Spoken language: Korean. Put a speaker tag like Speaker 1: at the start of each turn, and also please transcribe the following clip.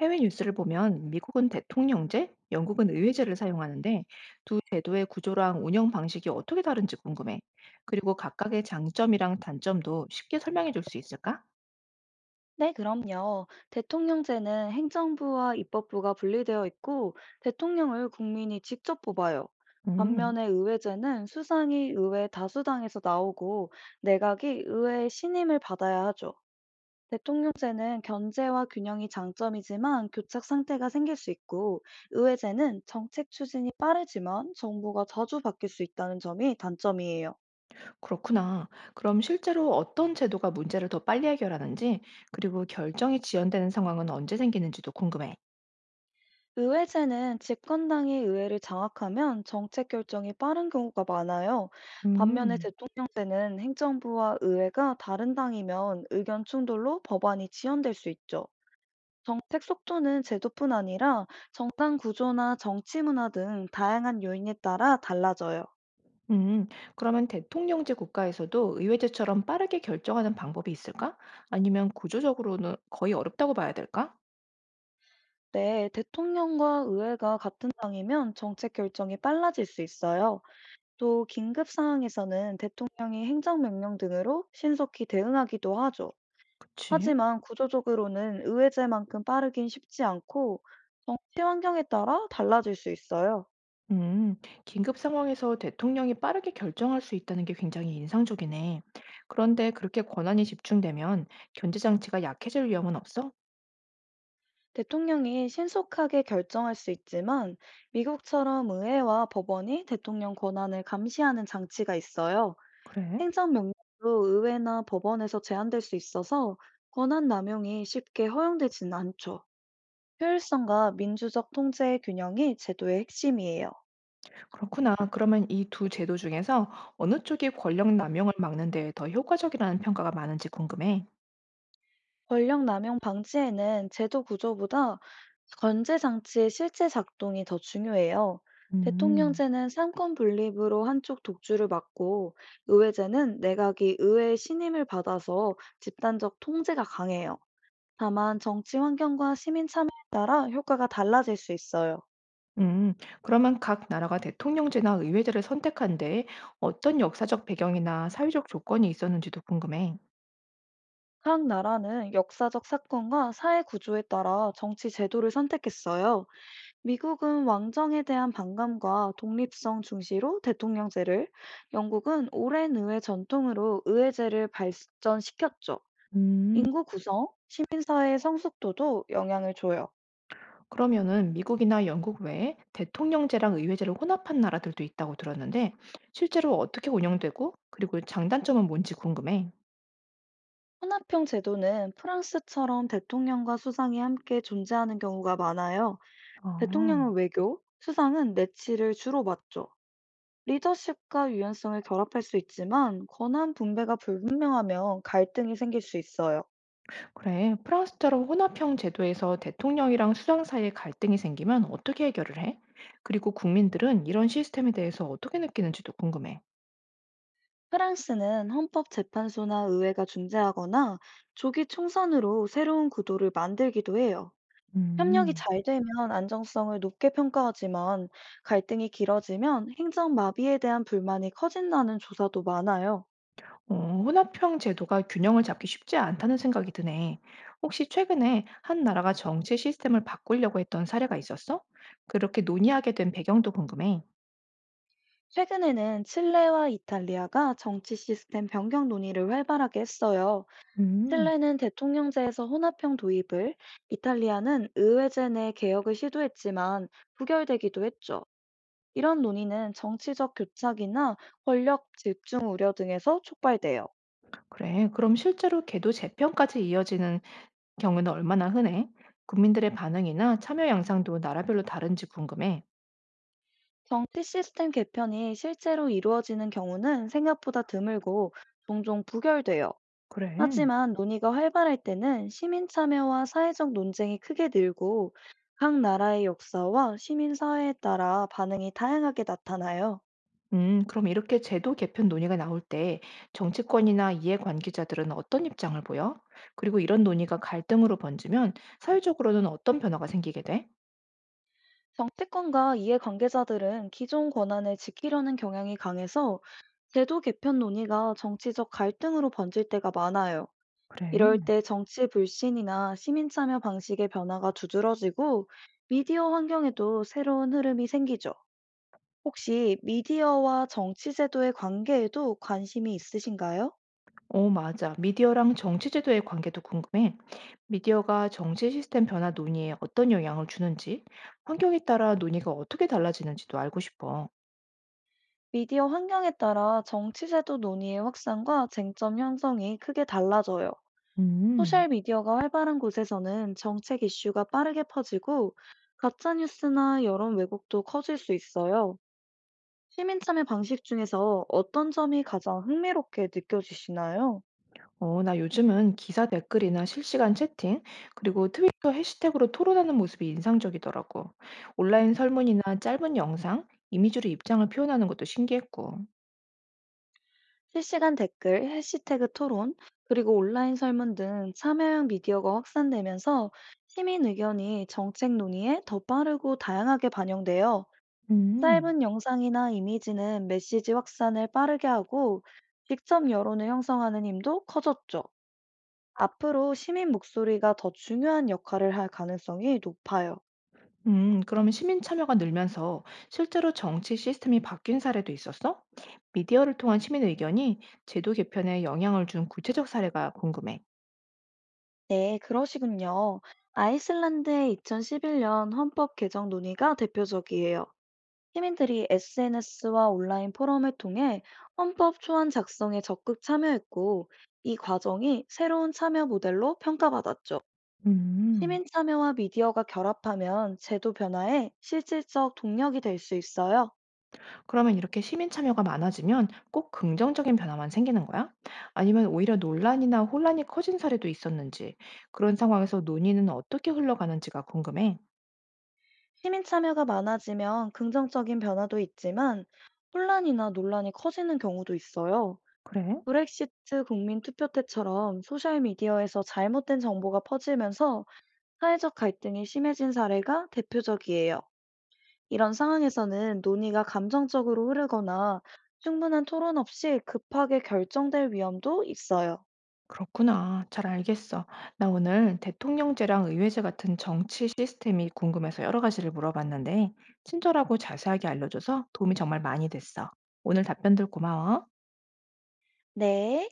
Speaker 1: 해외 뉴스를 보면 미국은 대통령제, 영국은 의회제를 사용하는데 두 제도의 구조랑 운영 방식이 어떻게 다른지 궁금해. 그리고 각각의 장점이랑 단점도 쉽게 설명해 줄 수 있을까?
Speaker 2: 네, 그럼요. 대통령제는 행정부와 입법부가 분리되어 있고 대통령을 국민이 직접 뽑아요.
Speaker 1: 음,
Speaker 2: 반면에 의회제는 수상이 의회 다수당에서 나오고 내각이 의회의 신임을 받아야 하죠. 대통령제는 견제와 균형이 장점이지만 교착 상태가 생길 수 있고 의회제는 정책 추진이 빠르지만 정부가 자주 바뀔 수 있다는 점이 단점이에요.
Speaker 1: 그렇구나. 그럼 실제로 어떤 제도가 문제를 더 빨리 해결하는지, 그리고 결정이 지연되는 상황은 언제 생기는지도 궁금해.
Speaker 2: 의회제는 집권당이 의회를 장악하면 정책 결정이 빠른 경우가 많아요. 반면에
Speaker 1: 음,
Speaker 2: 대통령제는 행정부와 의회가 다른 당이면 의견 충돌로 법안이 지연될 수 있죠. 정책 속도는 제도뿐 아니라 정당 구조나 정치 문화 등 다양한 요인에 따라 달라져요.
Speaker 1: 음, 그러면 대통령제 국가에서도 의회제처럼 빠르게 결정하는 방법이 있을까? 아니면 구조적으로는 거의 어렵다고 봐야 될까?
Speaker 2: 네, 대통령과 의회가 같은 당이면 정책 결정이 빨라질 수 있어요. 또 긴급 상황에서는 대통령이 행정명령 등으로 신속히 대응하기도 하죠.
Speaker 1: 그치.
Speaker 2: 하지만 구조적으로는 의회제만큼 빠르긴 쉽지 않고 정치 환경에 따라 달라질 수 있어요.
Speaker 1: 음, 긴급 상황에서 대통령이 빠르게 결정할 수 있다는 게 굉장히 인상적이네. 그런데 그렇게 권한이 집중되면 견제 장치가 약해질 위험은 없어?
Speaker 2: 대통령이 신속하게 결정할 수 있지만 미국처럼 의회와 법원이 대통령 권한을 감시하는 장치가 있어요.
Speaker 1: 그래?
Speaker 2: 행정명령도 의회나 법원에서 제한될 수 있어서 권한 남용이 쉽게 허용되지는 않죠. 효율성과 민주적 통제의 균형이 제도의 핵심이에요.
Speaker 1: 그렇구나. 그러면 이 두 제도 중에서 어느 쪽이 권력 남용을 막는 데 더 효과적이라는 평가가 많은지 궁금해.
Speaker 2: 권력 남용 방지에는 제도 구조보다 건제 장치의 실제 작동이 더 중요해요.
Speaker 1: 음.
Speaker 2: 대통령제는 삼권 분립으로 한쪽 독주를 막고 의회제는 내각이 의회의 신임을 받아서 집단적 통제가 강해요. 다만 정치 환경과 시민 참여에 따라 효과가 달라질 수 있어요.
Speaker 1: 음, 그러면 각 나라가 대통령제나 의회제를 선택한 데 어떤 역사적 배경이나 사회적 조건이 있었는지도 궁금해.
Speaker 2: 각 나라는 역사적 사건과 사회 구조에 따라 정치 제도를 선택했어요. 미국은 왕정에 대한 반감과 독립성 중시로 대통령제를, 영국은 오랜 의회 전통으로 의회제를 발전시켰죠.
Speaker 1: 음.
Speaker 2: 인구 구성, 시민사회의 성숙도도 영향을 줘요.
Speaker 1: 그러면은 미국이나 영국 외에 대통령제랑 의회제를 혼합한 나라들도 있다고 들었는데 실제로 어떻게 운영되고 그리고 장단점은 뭔지 궁금해.
Speaker 2: 혼합형 제도는 프랑스처럼 대통령과 수상이 함께 존재하는 경우가 많아요.
Speaker 1: 아,
Speaker 2: 대통령은 외교, 수상은 내치를 주로 맡죠. 리더십과 유연성을 결합할 수 있지만 권한 분배가 불분명하면 갈등이 생길 수 있어요.
Speaker 1: 그래. 프랑스처럼 혼합형 제도에서 대통령이랑 수상 사이에 갈등이 생기면 어떻게 해결을 해? 그리고 국민들은 이런 시스템에 대해서 어떻게 느끼는지도 궁금해.
Speaker 2: 프랑스는 헌법재판소나 의회가 중재하거나 조기 총선으로 새로운 구도를 만들기도 해요. 협력이
Speaker 1: 음.
Speaker 2: 잘 되면 안정성을 높게 평가하지만 갈등이 길어지면 행정 마비에 대한 불만이 커진다는 조사도 많아요.
Speaker 1: 어, 혼합형 제도가 균형을 잡기 쉽지 않다는 생각이 드네. 혹시 최근에 한 나라가 정치 시스템을 바꾸려고 했던 사례가 있었어? 그렇게 논의하게 된 배경도 궁금해.
Speaker 2: 최근에는 칠레와 이탈리아가 정치 시스템 변경 논의를 활발하게 했어요.
Speaker 1: 음,
Speaker 2: 칠레는 대통령제에서 혼합형 도입을, 이탈리아는 의회제 내 개혁을 시도했지만 부결되기도 했죠. 이런 논의는 정치적 교착이나 권력 집중 우려 등에서 촉발돼요.
Speaker 1: 그래, 그럼 실제로 개도 재편까지 이어지는 경우는 얼마나 흔해? 국민들의 반응이나 참여 양상도 나라별로 다른지 궁금해.
Speaker 2: 정치 시스템 개편이 실제로 이루어지는 경우는 생각보다 드물고 종종 부결돼요.
Speaker 1: 그래.
Speaker 2: 하지만 논의가 활발할 때는 시민 참여와 사회적 논쟁이 크게 늘고 각 나라의 역사와 시민 사회에 따라 반응이 다양하게 나타나요.
Speaker 1: 그럼 이렇게 제도 개편 논의가 나올 때 정치권이나 이해관계자들은 어떤 입장을 보여? 그리고 이런 논의가 갈등으로 번지면 사회적으로는 어떤 변화가 생기게 돼?
Speaker 2: 정치권과 이해관계자들은 기존 권한을 지키려는 경향이 강해서 제도 개편 논의가 정치적 갈등으로 번질 때가 많아요. 이럴
Speaker 1: 그래.
Speaker 2: 때 정치 불신이나 시민 참여 방식의 변화가 두드러지고 미디어 환경에도 새로운 흐름이 생기죠. 혹시 미디어와 정치 제도의 관계에도 관심이 있으신가요?
Speaker 1: 어, 맞아. 미디어랑 정치 제도의 관계도 궁금해. 미디어가 정치 시스템 변화 논의에 어떤 영향을 주는지, 환경에 따라 논의가 어떻게 달라지는지도 알고 싶어.
Speaker 2: 미디어 환경에 따라 정치 제도 논의의 확산과 쟁점 형성이 크게 달라져요.
Speaker 1: 음.
Speaker 2: 소셜 미디어가 활발한 곳에서는 정책 이슈가 빠르게 퍼지고 가짜 뉴스나 여론 왜곡도 커질 수 있어요. 시민 참여 방식 중에서 어떤 점이 가장 흥미롭게 느껴지시나요?
Speaker 1: 어, 나 요즘은 기사 댓글이나 실시간 채팅, 그리고 트위터 해시태그로 토론하는 모습이 인상적이더라고. 온라인 설문이나 짧은 영상, 이미지로 입장을 표현하는 것도 신기했고.
Speaker 2: 실시간 댓글, 해시태그 토론, 그리고 온라인 설문 등 참여형 미디어가 확산되면서 시민 의견이 정책 논의에 더 빠르고 다양하게 반영되어
Speaker 1: 음,
Speaker 2: 짧은 영상이나 이미지는 메시지 확산을 빠르게 하고 직접 여론을 형성하는 힘도 커졌죠. 앞으로 시민 목소리가 더 중요한 역할을 할 가능성이 높아요.
Speaker 1: 그러면 시민 참여가 늘면서 실제로 정치 시스템이 바뀐 사례도 있었어? 미디어를 통한 시민 의견이 제도 개편에 영향을 준 구체적 사례가 궁금해.
Speaker 2: 네, 그러시군요. 아이슬란드의 2011년 헌법 개정 논의가 대표적이에요. 시민들이 SNS와 온라인 포럼을 통해 헌법 초안 작성에 적극 참여했고, 이 과정이 새로운 참여 모델로 평가받았죠.
Speaker 1: 음.
Speaker 2: 시민 참여와 미디어가 결합하면 제도 변화에 실질적 동력이 될 수 있어요.
Speaker 1: 그러면 이렇게 시민 참여가 많아지면 꼭 긍정적인 변화만 생기는 거야? 아니면 오히려 논란이나 혼란이 커진 사례도 있었는지, 그런 상황에서 논의는 어떻게 흘러가는지가 궁금해.
Speaker 2: 시민 참여가 많아지면 긍정적인 변화도 있지만 혼란이나 논란이 커지는 경우도 있어요.
Speaker 1: 그래?
Speaker 2: 브렉시트 국민 투표 때처럼 소셜미디어에서 잘못된 정보가 퍼지면서 사회적 갈등이 심해진 사례가 대표적이에요. 이런 상황에서는 논의가 감정적으로 흐르거나 충분한 토론 없이 급하게 결정될 위험도 있어요.
Speaker 1: 그렇구나. 잘 알겠어. 나 오늘 대통령제랑 의회제 같은 정치 시스템이 궁금해서 여러 가지를 물어봤는데, 친절하고 자세하게 알려줘서 도움이 정말 많이 됐어. 오늘 답변들 고마워.
Speaker 2: 네.